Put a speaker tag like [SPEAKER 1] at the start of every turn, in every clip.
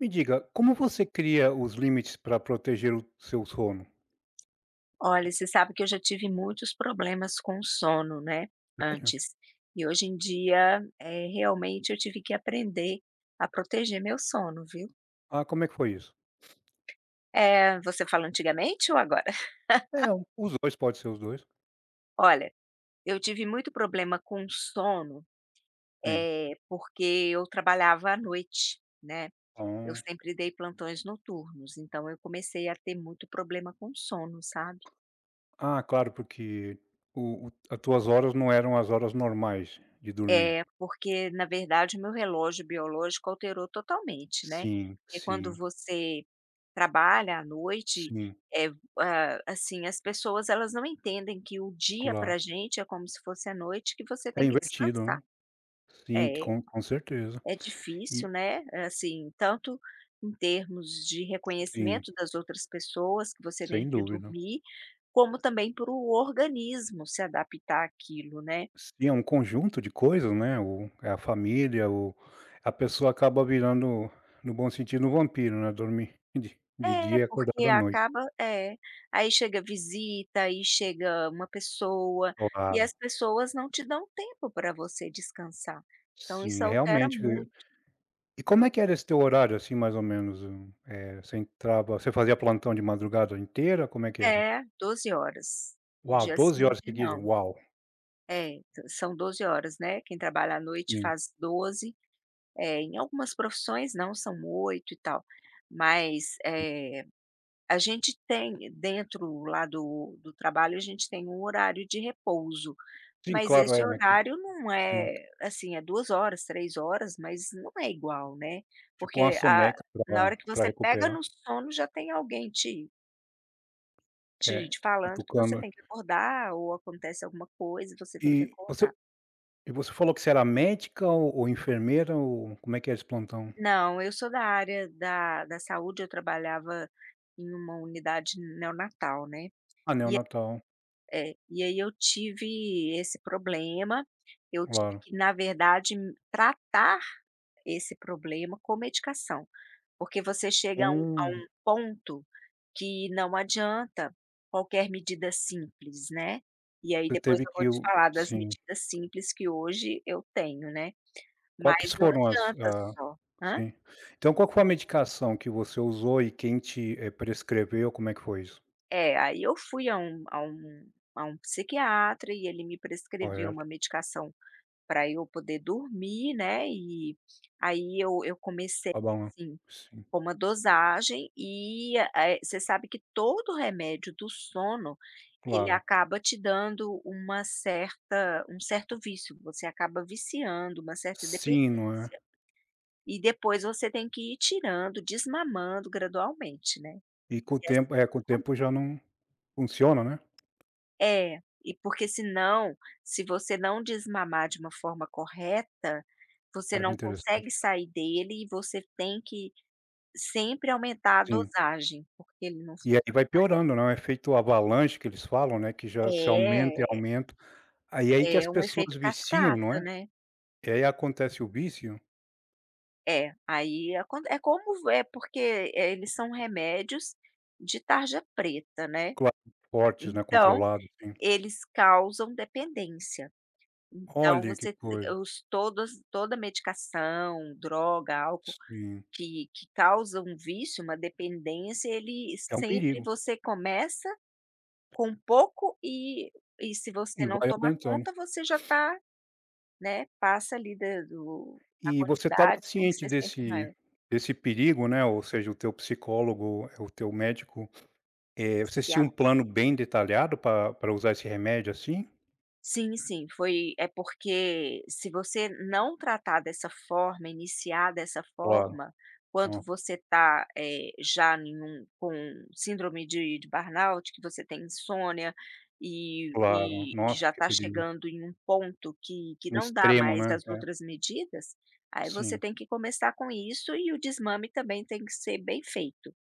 [SPEAKER 1] Me diga, como você cria os limites para proteger o seu sono?
[SPEAKER 2] Olha, você sabe que eu já tive muitos problemas com sono, né,
[SPEAKER 1] Sério?
[SPEAKER 2] antes. E hoje em dia, realmente eu tive que aprender a proteger meu sono, viu.
[SPEAKER 1] Ah, como é que foi isso?
[SPEAKER 2] É, você fala antigamente ou agora?
[SPEAKER 1] É, os dois pode ser os dois.
[SPEAKER 2] Olha, eu tive muito problema com sono,
[SPEAKER 1] Sim.
[SPEAKER 2] é porque eu trabalhava à noite, né. Eu
[SPEAKER 1] Ah.
[SPEAKER 2] sempre dei plantões noturnos, então eu comecei a ter muito problema com sono, sabe.
[SPEAKER 1] Ah, claro, porque o as tuas horas não eram as horas normais de dormir.
[SPEAKER 2] É, porque na verdade o meu relógio biológico alterou totalmente, né.
[SPEAKER 1] Sim,
[SPEAKER 2] Porque quando
[SPEAKER 1] sim,
[SPEAKER 2] você trabalha à noite,
[SPEAKER 1] sim,
[SPEAKER 2] eh, ah, assim, as pessoas elas não entendem que o dia para
[SPEAKER 1] claro.
[SPEAKER 2] gente é como se fosse a noite que você
[SPEAKER 1] É
[SPEAKER 2] tem que
[SPEAKER 1] invertido,
[SPEAKER 2] descansar.
[SPEAKER 1] né. Sim,
[SPEAKER 2] É,
[SPEAKER 1] com certeza.
[SPEAKER 2] é difícil,
[SPEAKER 1] E
[SPEAKER 2] né, assim, tanto em termos de
[SPEAKER 1] sim,
[SPEAKER 2] reconhecimento das outras pessoas que você
[SPEAKER 1] sem
[SPEAKER 2] tem que
[SPEAKER 1] dúvida.
[SPEAKER 2] dormir, como também para o organismo se adaptar àquilo, né.
[SPEAKER 1] Sim, é um conjunto de coisas, né, o é a família, o a pessoa acaba virando, no bom sentido, um vampiro, né, dormir de dia
[SPEAKER 2] É,
[SPEAKER 1] e acordar
[SPEAKER 2] porque
[SPEAKER 1] da noite.
[SPEAKER 2] acaba. Aí chega visita, aí chega uma pessoa, e
[SPEAKER 1] Claro.
[SPEAKER 2] as pessoas não te dão tempo para você descansar. Então
[SPEAKER 1] Sim,
[SPEAKER 2] isso altera
[SPEAKER 1] realmente.
[SPEAKER 2] muito.
[SPEAKER 1] E como é que era esse teu horário, assim, mais ou menos? Você fazia plantão de madrugada inteira, como é que era?
[SPEAKER 2] É, 12 horas.
[SPEAKER 1] Uau,
[SPEAKER 2] Dia
[SPEAKER 1] 12
[SPEAKER 2] sim e
[SPEAKER 1] horas
[SPEAKER 2] dia
[SPEAKER 1] seguidas?
[SPEAKER 2] não.
[SPEAKER 1] Uau.
[SPEAKER 2] É, t são 12 horas, né, quem trabalha à noite
[SPEAKER 1] Sim,
[SPEAKER 2] faz doze. É, em algumas profissões não, são 8 e tal, mas,
[SPEAKER 1] sim.
[SPEAKER 2] a gente tem dentro lá do trabalho, a gente tem um horário de repouso,
[SPEAKER 1] Sim,
[SPEAKER 2] mas
[SPEAKER 1] claro,
[SPEAKER 2] esse
[SPEAKER 1] é, né, que
[SPEAKER 2] horário não
[SPEAKER 1] sim.
[SPEAKER 2] é assim, é 2 horas, 3 horas, mas não é igual, né,
[SPEAKER 1] Tipo uma
[SPEAKER 2] porque a
[SPEAKER 1] soneca
[SPEAKER 2] na
[SPEAKER 1] para
[SPEAKER 2] hora que
[SPEAKER 1] pra
[SPEAKER 2] você pega
[SPEAKER 1] recuperar.
[SPEAKER 2] no sono já tem alguém te
[SPEAKER 1] É,
[SPEAKER 2] te falando que você
[SPEAKER 1] cutucando.
[SPEAKER 2] tem que acordar ou acontece alguma coisa e você tem que
[SPEAKER 1] E você
[SPEAKER 2] acordar.
[SPEAKER 1] E você falou que você era médica ou enfermeira ou como é que é esse plantão?
[SPEAKER 2] Não, eu sou da área da saúde, eu trabalhava em uma unidade neonatal, né.
[SPEAKER 1] Ah, neonatal,
[SPEAKER 2] É, e aí eu tive esse problema, eu tive
[SPEAKER 1] claro.
[SPEAKER 2] que, na verdade, m tratar esse problema com medicação, porque você chega a um
[SPEAKER 1] Hum,
[SPEAKER 2] ponto que não adianta qualquer medida simples, né. E aí
[SPEAKER 1] Você
[SPEAKER 2] depois
[SPEAKER 1] teve
[SPEAKER 2] eu vou
[SPEAKER 1] que
[SPEAKER 2] te
[SPEAKER 1] o
[SPEAKER 2] falar das
[SPEAKER 1] sim.
[SPEAKER 2] medidas simples que hoje eu tenho, né,
[SPEAKER 1] Quais
[SPEAKER 2] mas não
[SPEAKER 1] foram as
[SPEAKER 2] adianta
[SPEAKER 1] a
[SPEAKER 2] só. Hã?
[SPEAKER 1] sim. Então qual que foi a medicação que você usou e quem te, prescreveu, como é que foi isso?
[SPEAKER 2] É, aí eu fui a um psiquiatra e ele me prescreveu
[SPEAKER 1] Correto,
[SPEAKER 2] uma medicação para eu poder dormir, né, e aí eu comecei,
[SPEAKER 1] tá bom, né.
[SPEAKER 2] assim,
[SPEAKER 1] Sim,
[SPEAKER 2] com uma dosagem e, você sabe que todo remédio do sono, ele
[SPEAKER 1] claro.
[SPEAKER 2] acaba te dando uma certa um certo vício, você acaba viciando, uma certa
[SPEAKER 1] Sim, não é.
[SPEAKER 2] dependência, e depois você tem que ir tirando, desmamando gradualmente, né.
[SPEAKER 1] E com o
[SPEAKER 2] E assim,
[SPEAKER 1] tempo é, com o tempo já não funciona, né.
[SPEAKER 2] é, e porque senão, se você não desmamar de uma forma correta, você
[SPEAKER 1] Olha que
[SPEAKER 2] não
[SPEAKER 1] interessante.
[SPEAKER 2] consegue sair dele e você tem que sempre aumentar a
[SPEAKER 1] Sim.
[SPEAKER 2] dosagem, porque ele não
[SPEAKER 1] E
[SPEAKER 2] funciona.
[SPEAKER 1] aí vai piorando, né, o efeito avalanche que eles falam, né, que já se aumenta e
[SPEAKER 2] É,
[SPEAKER 1] aumenta. Aí é aí que as
[SPEAKER 2] é um
[SPEAKER 1] pessoas
[SPEAKER 2] efeito
[SPEAKER 1] viciam, não
[SPEAKER 2] cascata,
[SPEAKER 1] é?
[SPEAKER 2] né.
[SPEAKER 1] E aí acontece o vício,
[SPEAKER 2] É, aí acon é como é porque, eles são remédios de tarja preta, né,
[SPEAKER 1] claro, fortes, né,
[SPEAKER 2] então
[SPEAKER 1] controlados, sim.
[SPEAKER 2] eles causam dependência. Então
[SPEAKER 1] Olha que
[SPEAKER 2] você
[SPEAKER 1] coisa.
[SPEAKER 2] os todas toda medicação, droga, álcool
[SPEAKER 1] Sim,
[SPEAKER 2] que causa um vício, uma dependência, ele
[SPEAKER 1] é um
[SPEAKER 2] sempre
[SPEAKER 1] perigo
[SPEAKER 2] você começa com pouco e se você
[SPEAKER 1] e
[SPEAKER 2] não
[SPEAKER 1] vai
[SPEAKER 2] toma
[SPEAKER 1] aumentando.
[SPEAKER 2] conta, você já está, né, passa ali da do a
[SPEAKER 1] E você estava
[SPEAKER 2] quantidade, tem que
[SPEAKER 1] ciente
[SPEAKER 2] ser sempre
[SPEAKER 1] desse
[SPEAKER 2] maior.
[SPEAKER 1] desse perigo, né, ou seja, o teu psicólogo, o teu médico, vocês tinham um plano bem detalhado pra usar esse remédio, assim?
[SPEAKER 2] Sim, sim, foi, é porque se você não tratar dessa forma, iniciar dessa
[SPEAKER 1] Claro,
[SPEAKER 2] forma, quando
[SPEAKER 1] hã,
[SPEAKER 2] você tá, já com síndrome de burnout, que você tem insônia
[SPEAKER 1] claro.
[SPEAKER 2] e
[SPEAKER 1] Nossa,
[SPEAKER 2] já
[SPEAKER 1] que
[SPEAKER 2] está
[SPEAKER 1] perigo.
[SPEAKER 2] chegando em um ponto que
[SPEAKER 1] Um
[SPEAKER 2] não dá
[SPEAKER 1] extremo,
[SPEAKER 2] mais
[SPEAKER 1] né.
[SPEAKER 2] as
[SPEAKER 1] É,
[SPEAKER 2] outras medidas, aí você
[SPEAKER 1] sim.
[SPEAKER 2] tem que começar com isso e o desmame também tem que ser bem feito.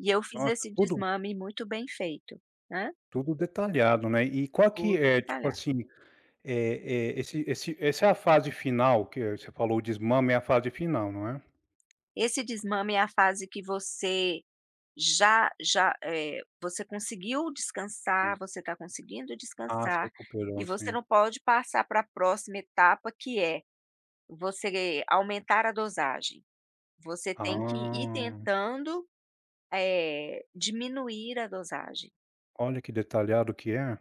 [SPEAKER 2] E eu fiz
[SPEAKER 1] Nossa,
[SPEAKER 2] esse
[SPEAKER 1] tudo
[SPEAKER 2] desmame muito bem feito, né,
[SPEAKER 1] tudo detalhado, né. E qual que
[SPEAKER 2] tudo
[SPEAKER 1] é, tipo
[SPEAKER 2] detalhado.
[SPEAKER 1] assim é eh, esse esse essa é a fase final que você falou, o desmame é a fase final, não é?
[SPEAKER 2] Esse desmame é a fase que você já já, eh, você conseguiu descansar,
[SPEAKER 1] Sim.
[SPEAKER 2] você está conseguindo
[SPEAKER 1] Ah, se
[SPEAKER 2] descansar e
[SPEAKER 1] recuperou,
[SPEAKER 2] você
[SPEAKER 1] sim.
[SPEAKER 2] não pode passar para a próxima etapa, que é você aumentar a dosagem. Você tem que ir
[SPEAKER 1] Ah,
[SPEAKER 2] tentando, diminuir a dosagem.
[SPEAKER 1] olha que detalhado que é.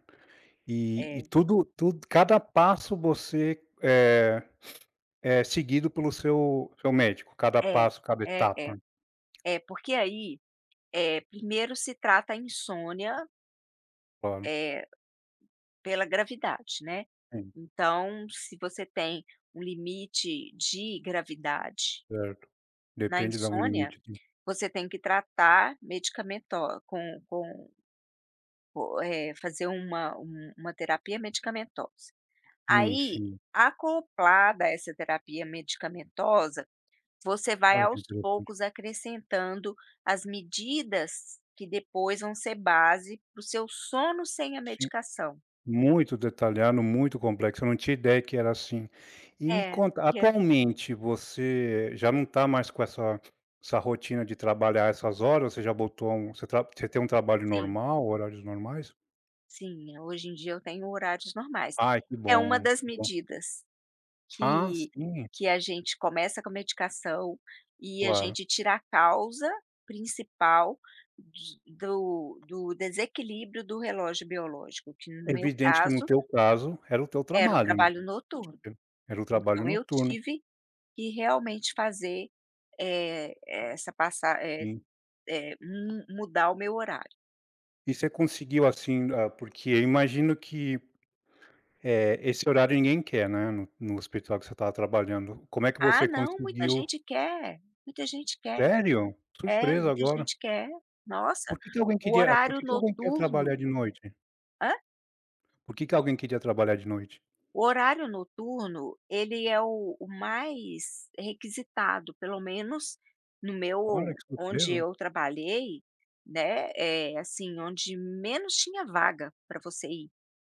[SPEAKER 1] E
[SPEAKER 2] É,
[SPEAKER 1] tudo cada passo você é seguido pelo seu médico, cada
[SPEAKER 2] é,
[SPEAKER 1] passo, cada
[SPEAKER 2] é, é,
[SPEAKER 1] etapa,
[SPEAKER 2] é, porque aí, primeiro se trata a insônia,
[SPEAKER 1] claro.
[SPEAKER 2] eh Pela gravidade, né.
[SPEAKER 1] Sim,
[SPEAKER 2] Então, se você tem um limite de gravidade
[SPEAKER 1] certo.
[SPEAKER 2] na
[SPEAKER 1] Depende da um
[SPEAKER 2] insônia,
[SPEAKER 1] limite
[SPEAKER 2] você tem que tratar medicamentosa com com fazer uma terapia medicamentosa.
[SPEAKER 1] sim,
[SPEAKER 2] Aí,
[SPEAKER 1] sim.
[SPEAKER 2] acoplada a essa terapia medicamentosa, você vai
[SPEAKER 1] Olha que
[SPEAKER 2] aos
[SPEAKER 1] interessante.
[SPEAKER 2] poucos acrescentando as medidas que depois vão ser base para o seu sono sem a
[SPEAKER 1] Sim.
[SPEAKER 2] medicação.
[SPEAKER 1] Muito detalhado, muito complexo, eu não tinha ideia que era assim. E me
[SPEAKER 2] É,
[SPEAKER 1] conta,
[SPEAKER 2] que é,
[SPEAKER 1] atualmente você já não está mais com essa rotina de trabalhar essas horas, você tem um trabalho
[SPEAKER 2] sim.
[SPEAKER 1] normal, horários normais?
[SPEAKER 2] Sim, hoje em dia eu tenho horários normais.
[SPEAKER 1] Ai que
[SPEAKER 2] É uma
[SPEAKER 1] bom,
[SPEAKER 2] das
[SPEAKER 1] que bom.
[SPEAKER 2] medidas
[SPEAKER 1] Ah,
[SPEAKER 2] que
[SPEAKER 1] sim,
[SPEAKER 2] que a gente começa com a medicação e a
[SPEAKER 1] claro.
[SPEAKER 2] gente tira a causa principal de do do desequilíbrio do relógio biológico, que
[SPEAKER 1] É
[SPEAKER 2] no meu
[SPEAKER 1] evidente que no
[SPEAKER 2] caso
[SPEAKER 1] teu caso, era o teu
[SPEAKER 2] era o
[SPEAKER 1] trabalho, né,
[SPEAKER 2] trabalho noturno.
[SPEAKER 1] era o trabalho
[SPEAKER 2] Então eu
[SPEAKER 1] noturno,
[SPEAKER 2] tive que realmente fazer, eh, essa passar
[SPEAKER 1] sim.
[SPEAKER 2] mudar o meu horário.
[SPEAKER 1] E você conseguiu assim, ah, porque eu imagino que é, esse horário ninguém quer, né, no hospital que você estava trabalhando. Como é que
[SPEAKER 2] "Ah
[SPEAKER 1] você
[SPEAKER 2] não, muita
[SPEAKER 1] conseguiu
[SPEAKER 2] gente quer, muita gente quer."
[SPEAKER 1] sério?
[SPEAKER 2] É,
[SPEAKER 1] Surpresa
[SPEAKER 2] muita
[SPEAKER 1] agora.
[SPEAKER 2] gente quer. Nossa, o
[SPEAKER 1] Por
[SPEAKER 2] horário
[SPEAKER 1] que que alguém quer trabalhar
[SPEAKER 2] noturno,
[SPEAKER 1] de noite?
[SPEAKER 2] hã?
[SPEAKER 1] Por que que alguém queria trabalhar de noite?
[SPEAKER 2] O horário noturno, ele é o mais requisitado, pelo menos no
[SPEAKER 1] Olha,
[SPEAKER 2] meu
[SPEAKER 1] que
[SPEAKER 2] onde
[SPEAKER 1] surpresa.
[SPEAKER 2] eu trabalhei, né. É assim, onde menos tinha vaga para você ir,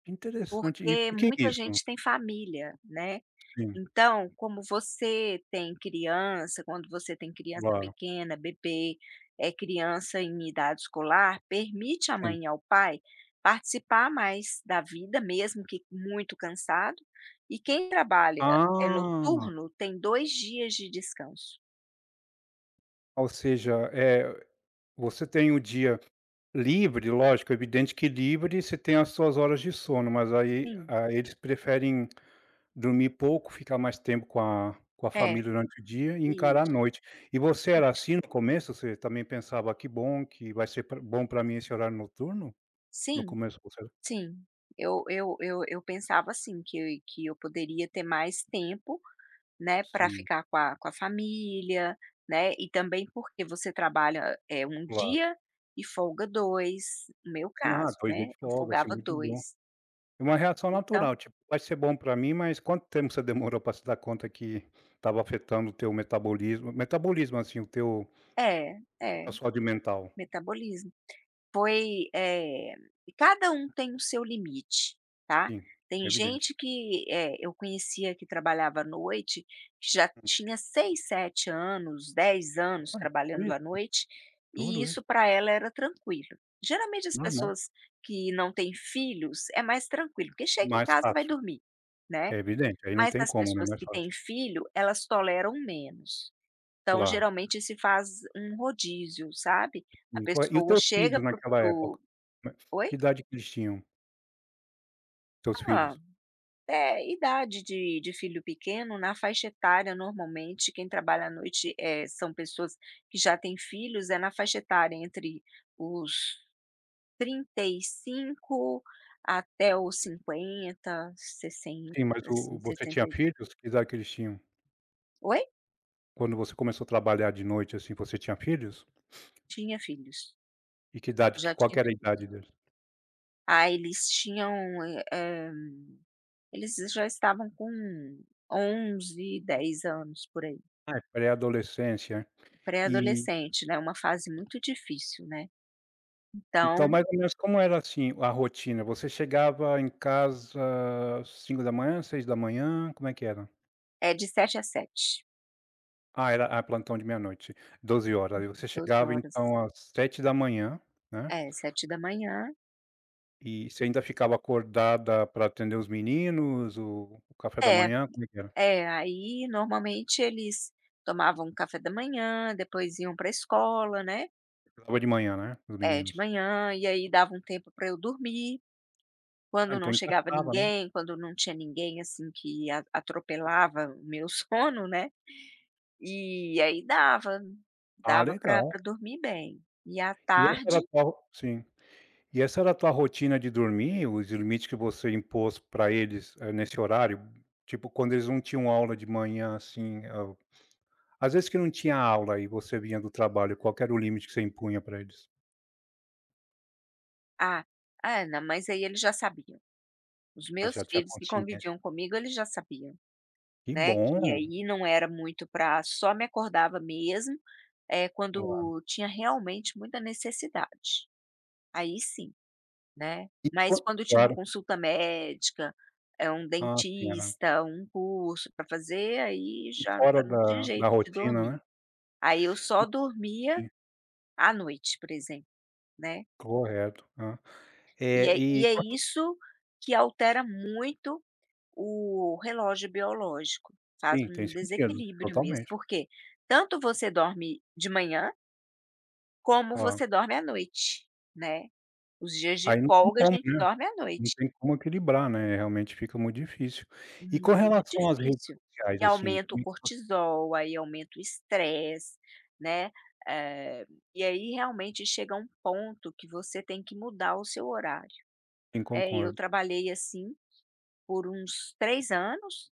[SPEAKER 1] Que interessante. E
[SPEAKER 2] porque
[SPEAKER 1] por que
[SPEAKER 2] muita
[SPEAKER 1] isso?
[SPEAKER 2] gente tem família, né.
[SPEAKER 1] Sim,
[SPEAKER 2] Então, como você tem criança, quando você tem criança
[SPEAKER 1] claro,
[SPEAKER 2] pequena, bebê, é criança em idade escolar, permite à
[SPEAKER 1] sim.
[SPEAKER 2] mãe e ao pai participar mais da vida, mesmo que muito cansado. E quem trabalha é
[SPEAKER 1] Ah,
[SPEAKER 2] noturno tem 2 dias de descanso.
[SPEAKER 1] ou seja, você tem o dia livre, lógico, é evidente que livre, você tem as suas horas de sono, mas aí
[SPEAKER 2] Sim,
[SPEAKER 1] aí eles preferem dormir pouco, ficar mais tempo com a
[SPEAKER 2] é,
[SPEAKER 1] família durante o dia e encarar a
[SPEAKER 2] isso,
[SPEAKER 1] noite. E você era
[SPEAKER 2] isso.
[SPEAKER 1] assim no começo? Você também pensava: "Ah, Que bom que vai ser pra bom para mim esse horário noturno?" No
[SPEAKER 2] Sim,
[SPEAKER 1] começo você
[SPEAKER 2] sim. Eu pensava assim, que eu poderia ter mais tempo, né, para
[SPEAKER 1] sim,
[SPEAKER 2] ficar com a família, né, e também porque você trabalha, é um
[SPEAKER 1] claro.
[SPEAKER 2] dia e folga 2 no meu
[SPEAKER 1] Sim, "Ah,
[SPEAKER 2] caso,
[SPEAKER 1] 2
[SPEAKER 2] né,
[SPEAKER 1] dias de
[SPEAKER 2] eu
[SPEAKER 1] folga, assim,
[SPEAKER 2] folgava
[SPEAKER 1] muito bom".
[SPEAKER 2] dois.
[SPEAKER 1] É uma reação
[SPEAKER 2] Então
[SPEAKER 1] natural, tipo: "Vai ser bom para mim", mas quanto tempo você demorou para se dar conta que estava afetando o teu metabolismo, assim, o teu
[SPEAKER 2] é,
[SPEAKER 1] a
[SPEAKER 2] é,
[SPEAKER 1] tua saúde mental?
[SPEAKER 2] metabolismo. Foi, cada um tem o seu limite, tá.
[SPEAKER 1] Sim, é
[SPEAKER 2] Tem
[SPEAKER 1] evidente.
[SPEAKER 2] gente que, eu conhecia que trabalhava à noite, que já
[SPEAKER 1] Hum,
[SPEAKER 2] tinha 6 7 anos, 10 anos
[SPEAKER 1] Olha, tudo
[SPEAKER 2] trabalhando
[SPEAKER 1] isso,
[SPEAKER 2] à noite, e
[SPEAKER 1] tudo isso.
[SPEAKER 2] isso para ela era tranquilo. Geralmente as
[SPEAKER 1] Normal,
[SPEAKER 2] pessoas que não têm filhos é mais tranquilo, porque chega em
[SPEAKER 1] mais
[SPEAKER 2] casa e vai
[SPEAKER 1] fácil.
[SPEAKER 2] dormir, né.
[SPEAKER 1] É evidente, aí não
[SPEAKER 2] Mas
[SPEAKER 1] tem
[SPEAKER 2] as
[SPEAKER 1] como, né,
[SPEAKER 2] pessoas
[SPEAKER 1] mais
[SPEAKER 2] que
[SPEAKER 1] fácil.
[SPEAKER 2] têm filho, elas toleram menos. Então
[SPEAKER 1] Claro.
[SPEAKER 2] geralmente se faz um rodízio, sabe. A
[SPEAKER 1] E qual é e os
[SPEAKER 2] pessoa
[SPEAKER 1] teus
[SPEAKER 2] chega.
[SPEAKER 1] filhos naquela época? Né,
[SPEAKER 2] Oi?
[SPEAKER 1] que idade que eles tinham, teus
[SPEAKER 2] Ah,
[SPEAKER 1] filhos?
[SPEAKER 2] é, idade de filho pequeno, na faixa etária, normalmente, quem trabalha à noite, são pessoas que já têm filhos, é na faixa etária entre os 35 até os 50, 60,
[SPEAKER 1] Sim, mas o
[SPEAKER 2] assim,
[SPEAKER 1] você
[SPEAKER 2] 60
[SPEAKER 1] tinha
[SPEAKER 2] e.
[SPEAKER 1] filhos? Que idade que eles tinham?
[SPEAKER 2] Oi?
[SPEAKER 1] Quando você começou a trabalhar de noite, assim, você tinha filhos?
[SPEAKER 2] Tinha filhos,
[SPEAKER 1] E que idade que
[SPEAKER 2] já
[SPEAKER 1] qual
[SPEAKER 2] tinha
[SPEAKER 1] que era a idade
[SPEAKER 2] filhos.
[SPEAKER 1] deles?
[SPEAKER 2] Ah, eles tinham, eh eh, eles já estavam com 11, 10 anos, por aí.
[SPEAKER 1] Ah, é pré-adolescência. E,
[SPEAKER 2] Pré-adolescente, né, uma fase muito difícil, né. Então.
[SPEAKER 1] então mais ou menos como era, assim, a rotina? Você chegava em casa 5 da manhã, 6 da manhã? Como é que era?
[SPEAKER 2] É de sete às sete,
[SPEAKER 1] Ah, era plantão de meia-noite, 12 horas. Aí você
[SPEAKER 2] doze
[SPEAKER 1] chegava
[SPEAKER 2] horas.
[SPEAKER 1] então às 7 da manhã, né?
[SPEAKER 2] É 7 da manhã.
[SPEAKER 1] E você ainda ficava acordada para atender os meninos, o café da
[SPEAKER 2] É,
[SPEAKER 1] manhã, como é que era?
[SPEAKER 2] é, aí normalmente eles tomavam um café da manhã, depois iam para a escola, né,
[SPEAKER 1] Acordava de manhã, né, os
[SPEAKER 2] é, de
[SPEAKER 1] meninos.
[SPEAKER 2] manhã, e aí dava um tempo para eu dormir.
[SPEAKER 1] Ah,
[SPEAKER 2] Quando não
[SPEAKER 1] então
[SPEAKER 2] chegava
[SPEAKER 1] encaixava, né.
[SPEAKER 2] ninguém, quando não tinha ninguém, assim, que a atropelava o meu sono, né, e aí
[SPEAKER 1] Ah,
[SPEAKER 2] dava para
[SPEAKER 1] legal.
[SPEAKER 2] dormir bem. E à
[SPEAKER 1] E essa era a
[SPEAKER 2] tarde.
[SPEAKER 1] tua sim. E essa era a tua rotina de dormir, os limites que você impôs para eles, nesse horário? Tipo, quando eles não tinham aula de manhã, assim, às vezes que não tinha aula e você vinha do trabalho, qual que era o limite que você impunha para eles?
[SPEAKER 2] Ah, Ana, mas aí eles já sabiam. Os
[SPEAKER 1] Ah,
[SPEAKER 2] meus
[SPEAKER 1] já tinha
[SPEAKER 2] filhos que
[SPEAKER 1] consciência.
[SPEAKER 2] conviviam comigo, eles já sabiam.
[SPEAKER 1] Que
[SPEAKER 2] Né,
[SPEAKER 1] bom,
[SPEAKER 2] que aí não era muito, para só me acordava mesmo,
[SPEAKER 1] claro.
[SPEAKER 2] quando tinha realmente muita necessidade, aí sim, né.
[SPEAKER 1] E
[SPEAKER 2] Mas
[SPEAKER 1] quan
[SPEAKER 2] quando tinha uma
[SPEAKER 1] Claro.
[SPEAKER 2] consulta médica, é um
[SPEAKER 1] Ah, sim, era
[SPEAKER 2] dentista, um curso para fazer, aí
[SPEAKER 1] fora
[SPEAKER 2] já não tinha
[SPEAKER 1] da
[SPEAKER 2] jeito de
[SPEAKER 1] rotina,
[SPEAKER 2] dormir.
[SPEAKER 1] né.
[SPEAKER 2] Aí eu só dormia
[SPEAKER 1] Sim,
[SPEAKER 2] à noite, por exemplo, né.
[SPEAKER 1] correto, hã.
[SPEAKER 2] E é e
[SPEAKER 1] E
[SPEAKER 2] é isso que altera muito o relógio biológico, faz
[SPEAKER 1] sim, tem
[SPEAKER 2] um
[SPEAKER 1] sentido,
[SPEAKER 2] desequilíbrio mesmo,
[SPEAKER 1] totalmente,
[SPEAKER 2] porque tanto você dorme de manhã, como
[SPEAKER 1] claro.
[SPEAKER 2] você dorme à noite, né. Os dias de
[SPEAKER 1] Aí não tem
[SPEAKER 2] folga a
[SPEAKER 1] como,
[SPEAKER 2] gente
[SPEAKER 1] né,
[SPEAKER 2] dorme à
[SPEAKER 1] não
[SPEAKER 2] noite,
[SPEAKER 1] tem como equilibrar, né, realmente fica muito difícil. E com
[SPEAKER 2] muito
[SPEAKER 1] relação às redes
[SPEAKER 2] difícil.
[SPEAKER 1] sociais,
[SPEAKER 2] E
[SPEAKER 1] assim,
[SPEAKER 2] aumenta o cortisol, aí aumenta o estresse, né, eh, e aí realmente chega um ponto que você tem que mudar o seu horário.
[SPEAKER 1] sim,
[SPEAKER 2] É, eu
[SPEAKER 1] concordo.
[SPEAKER 2] trabalhei assim por uns 3 anos.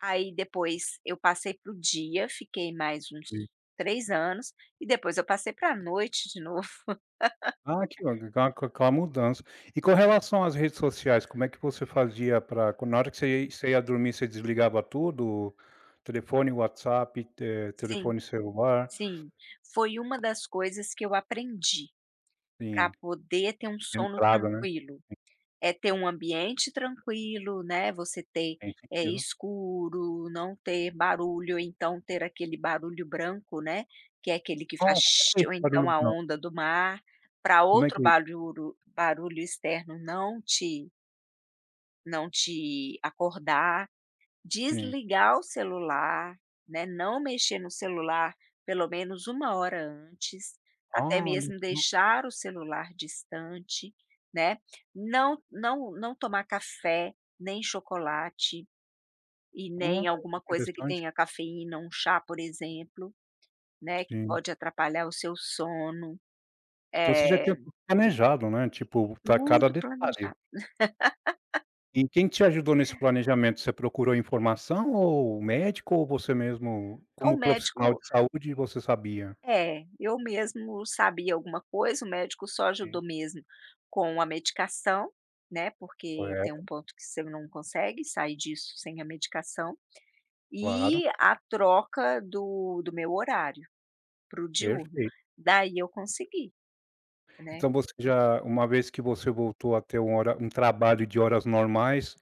[SPEAKER 2] Aí depois eu passei para o dia, fiquei mais uns
[SPEAKER 1] Sim.
[SPEAKER 2] 3 anos, e depois eu passei para a noite de novo.
[SPEAKER 1] Ah, que legal, aquela com aquela mudança. E com relação às redes sociais, como é que você fazia pra quan na hora que você ia dormir, você desligava tudo? Telefone, WhatsApp,
[SPEAKER 2] Sim,
[SPEAKER 1] telefone celular,
[SPEAKER 2] sim. Foi uma das coisas que eu aprendi para
[SPEAKER 1] sim,
[SPEAKER 2] poder ter um sono
[SPEAKER 1] entrada, né,
[SPEAKER 2] tranquilo. É ter um ambiente tranquilo, né, você ter,
[SPEAKER 1] tem sentido.
[SPEAKER 2] escuro, não ter barulho, ou então ter aquele barulho branco, né, que é aquele que faz
[SPEAKER 1] Oh, como é que é
[SPEAKER 2] "ch", ou
[SPEAKER 1] esse barulho
[SPEAKER 2] então a
[SPEAKER 1] branco?
[SPEAKER 2] onda do mar, para
[SPEAKER 1] Como é
[SPEAKER 2] outro
[SPEAKER 1] que é isso?
[SPEAKER 2] barulho externo não te acordar,
[SPEAKER 1] Sim.
[SPEAKER 2] desligar o celular, né, não mexer no celular pelo menos 1 hora antes, até
[SPEAKER 1] Ah, olha
[SPEAKER 2] mesmo
[SPEAKER 1] só.
[SPEAKER 2] deixar o celular distante, né. Não tomar café, nem chocolate e
[SPEAKER 1] Olha,
[SPEAKER 2] nem
[SPEAKER 1] que
[SPEAKER 2] alguma coisa que
[SPEAKER 1] interessante.
[SPEAKER 2] tenha cafeína, um chá, por exemplo, né, que
[SPEAKER 1] Sim.
[SPEAKER 2] pode atrapalhar o seu sono.
[SPEAKER 1] Então
[SPEAKER 2] É,
[SPEAKER 1] você já tinha tudo planejado, né, tipo, tá cada
[SPEAKER 2] tudo
[SPEAKER 1] detalhe.
[SPEAKER 2] planejado.
[SPEAKER 1] E quem te ajudou nesse planejamento? Você procurou informação ou médico ou você mesmo,
[SPEAKER 2] Então,
[SPEAKER 1] como
[SPEAKER 2] O
[SPEAKER 1] profissional
[SPEAKER 2] médico
[SPEAKER 1] de saúde, você sabia?
[SPEAKER 2] é, eu mesmo sabia alguma coisa, o médico só
[SPEAKER 1] Sim,
[SPEAKER 2] ajudou mesmo com a medicação, né, porque tem um
[SPEAKER 1] correto,
[SPEAKER 2] ponto que você não consegue sair disso sem a medicação,
[SPEAKER 1] claro,
[SPEAKER 2] e a troca do meu horário para o diurno.
[SPEAKER 1] perfeito.
[SPEAKER 2] Daí eu consegui, né.
[SPEAKER 1] Então você já uma vez que você voltou a ter um hora um trabalho de horas normais,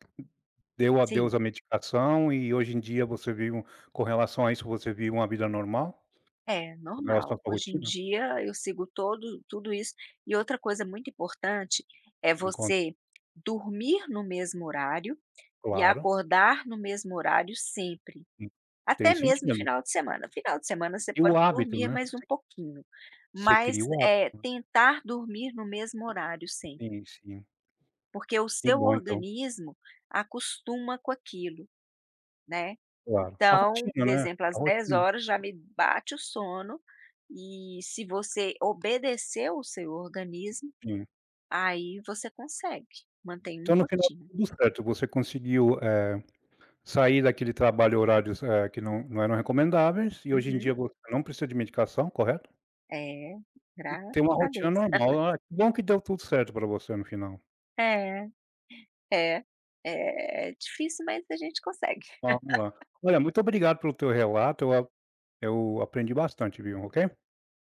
[SPEAKER 1] deu
[SPEAKER 2] Sim,
[SPEAKER 1] adeus à medicação e hoje em dia você vive com relação a isso, você vive uma vida normal?
[SPEAKER 2] é
[SPEAKER 1] Com relação à
[SPEAKER 2] normal.
[SPEAKER 1] sua
[SPEAKER 2] Hoje em
[SPEAKER 1] rotina?
[SPEAKER 2] dia eu sigo todo tudo isso. E outra coisa muito importante é
[SPEAKER 1] Encontro
[SPEAKER 2] você dormir no mesmo horário e
[SPEAKER 1] claro,
[SPEAKER 2] acordar no mesmo horário sempre.
[SPEAKER 1] en tem
[SPEAKER 2] Até mesmo
[SPEAKER 1] sentido.
[SPEAKER 2] final de semana. Final de semana você
[SPEAKER 1] E o
[SPEAKER 2] pode
[SPEAKER 1] hábito,
[SPEAKER 2] dormir
[SPEAKER 1] né,
[SPEAKER 2] mais um pouquinho,
[SPEAKER 1] você
[SPEAKER 2] mas,
[SPEAKER 1] cria o
[SPEAKER 2] é
[SPEAKER 1] hábito.
[SPEAKER 2] tentar dormir no mesmo horário sempre,
[SPEAKER 1] Sim, sim.
[SPEAKER 2] porque o
[SPEAKER 1] Que
[SPEAKER 2] seu
[SPEAKER 1] bom então,
[SPEAKER 2] organismo acostuma com aquilo, né.
[SPEAKER 1] claro. A
[SPEAKER 2] Então,
[SPEAKER 1] rotina,
[SPEAKER 2] por
[SPEAKER 1] né,
[SPEAKER 2] exemplo,
[SPEAKER 1] a
[SPEAKER 2] às dez
[SPEAKER 1] rotina,
[SPEAKER 2] horas já me bate o sono, e se você obedecer o seu organismo,
[SPEAKER 1] sim.
[SPEAKER 2] aí você consegue manter uma
[SPEAKER 1] Então no final
[SPEAKER 2] rotina.
[SPEAKER 1] tudo certo, você conseguiu, sair daquele trabalho horários, que não eram recomendáveis e hoje em
[SPEAKER 2] Uhum.
[SPEAKER 1] dia você não precisa de medicação, correto?
[SPEAKER 2] É, graças
[SPEAKER 1] Tem uma
[SPEAKER 2] a
[SPEAKER 1] rotina
[SPEAKER 2] Deus.
[SPEAKER 1] normal. Ah, que bom que deu tudo certo para você no final.
[SPEAKER 2] É, é. É difícil, mas a gente consegue.
[SPEAKER 1] Vamos lá. Olha, muito obrigado pelo teu relato, eu aprendi bastante, viu, ok?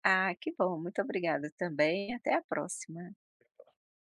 [SPEAKER 2] Ah, que bom, muito obrigada também, até a próxima.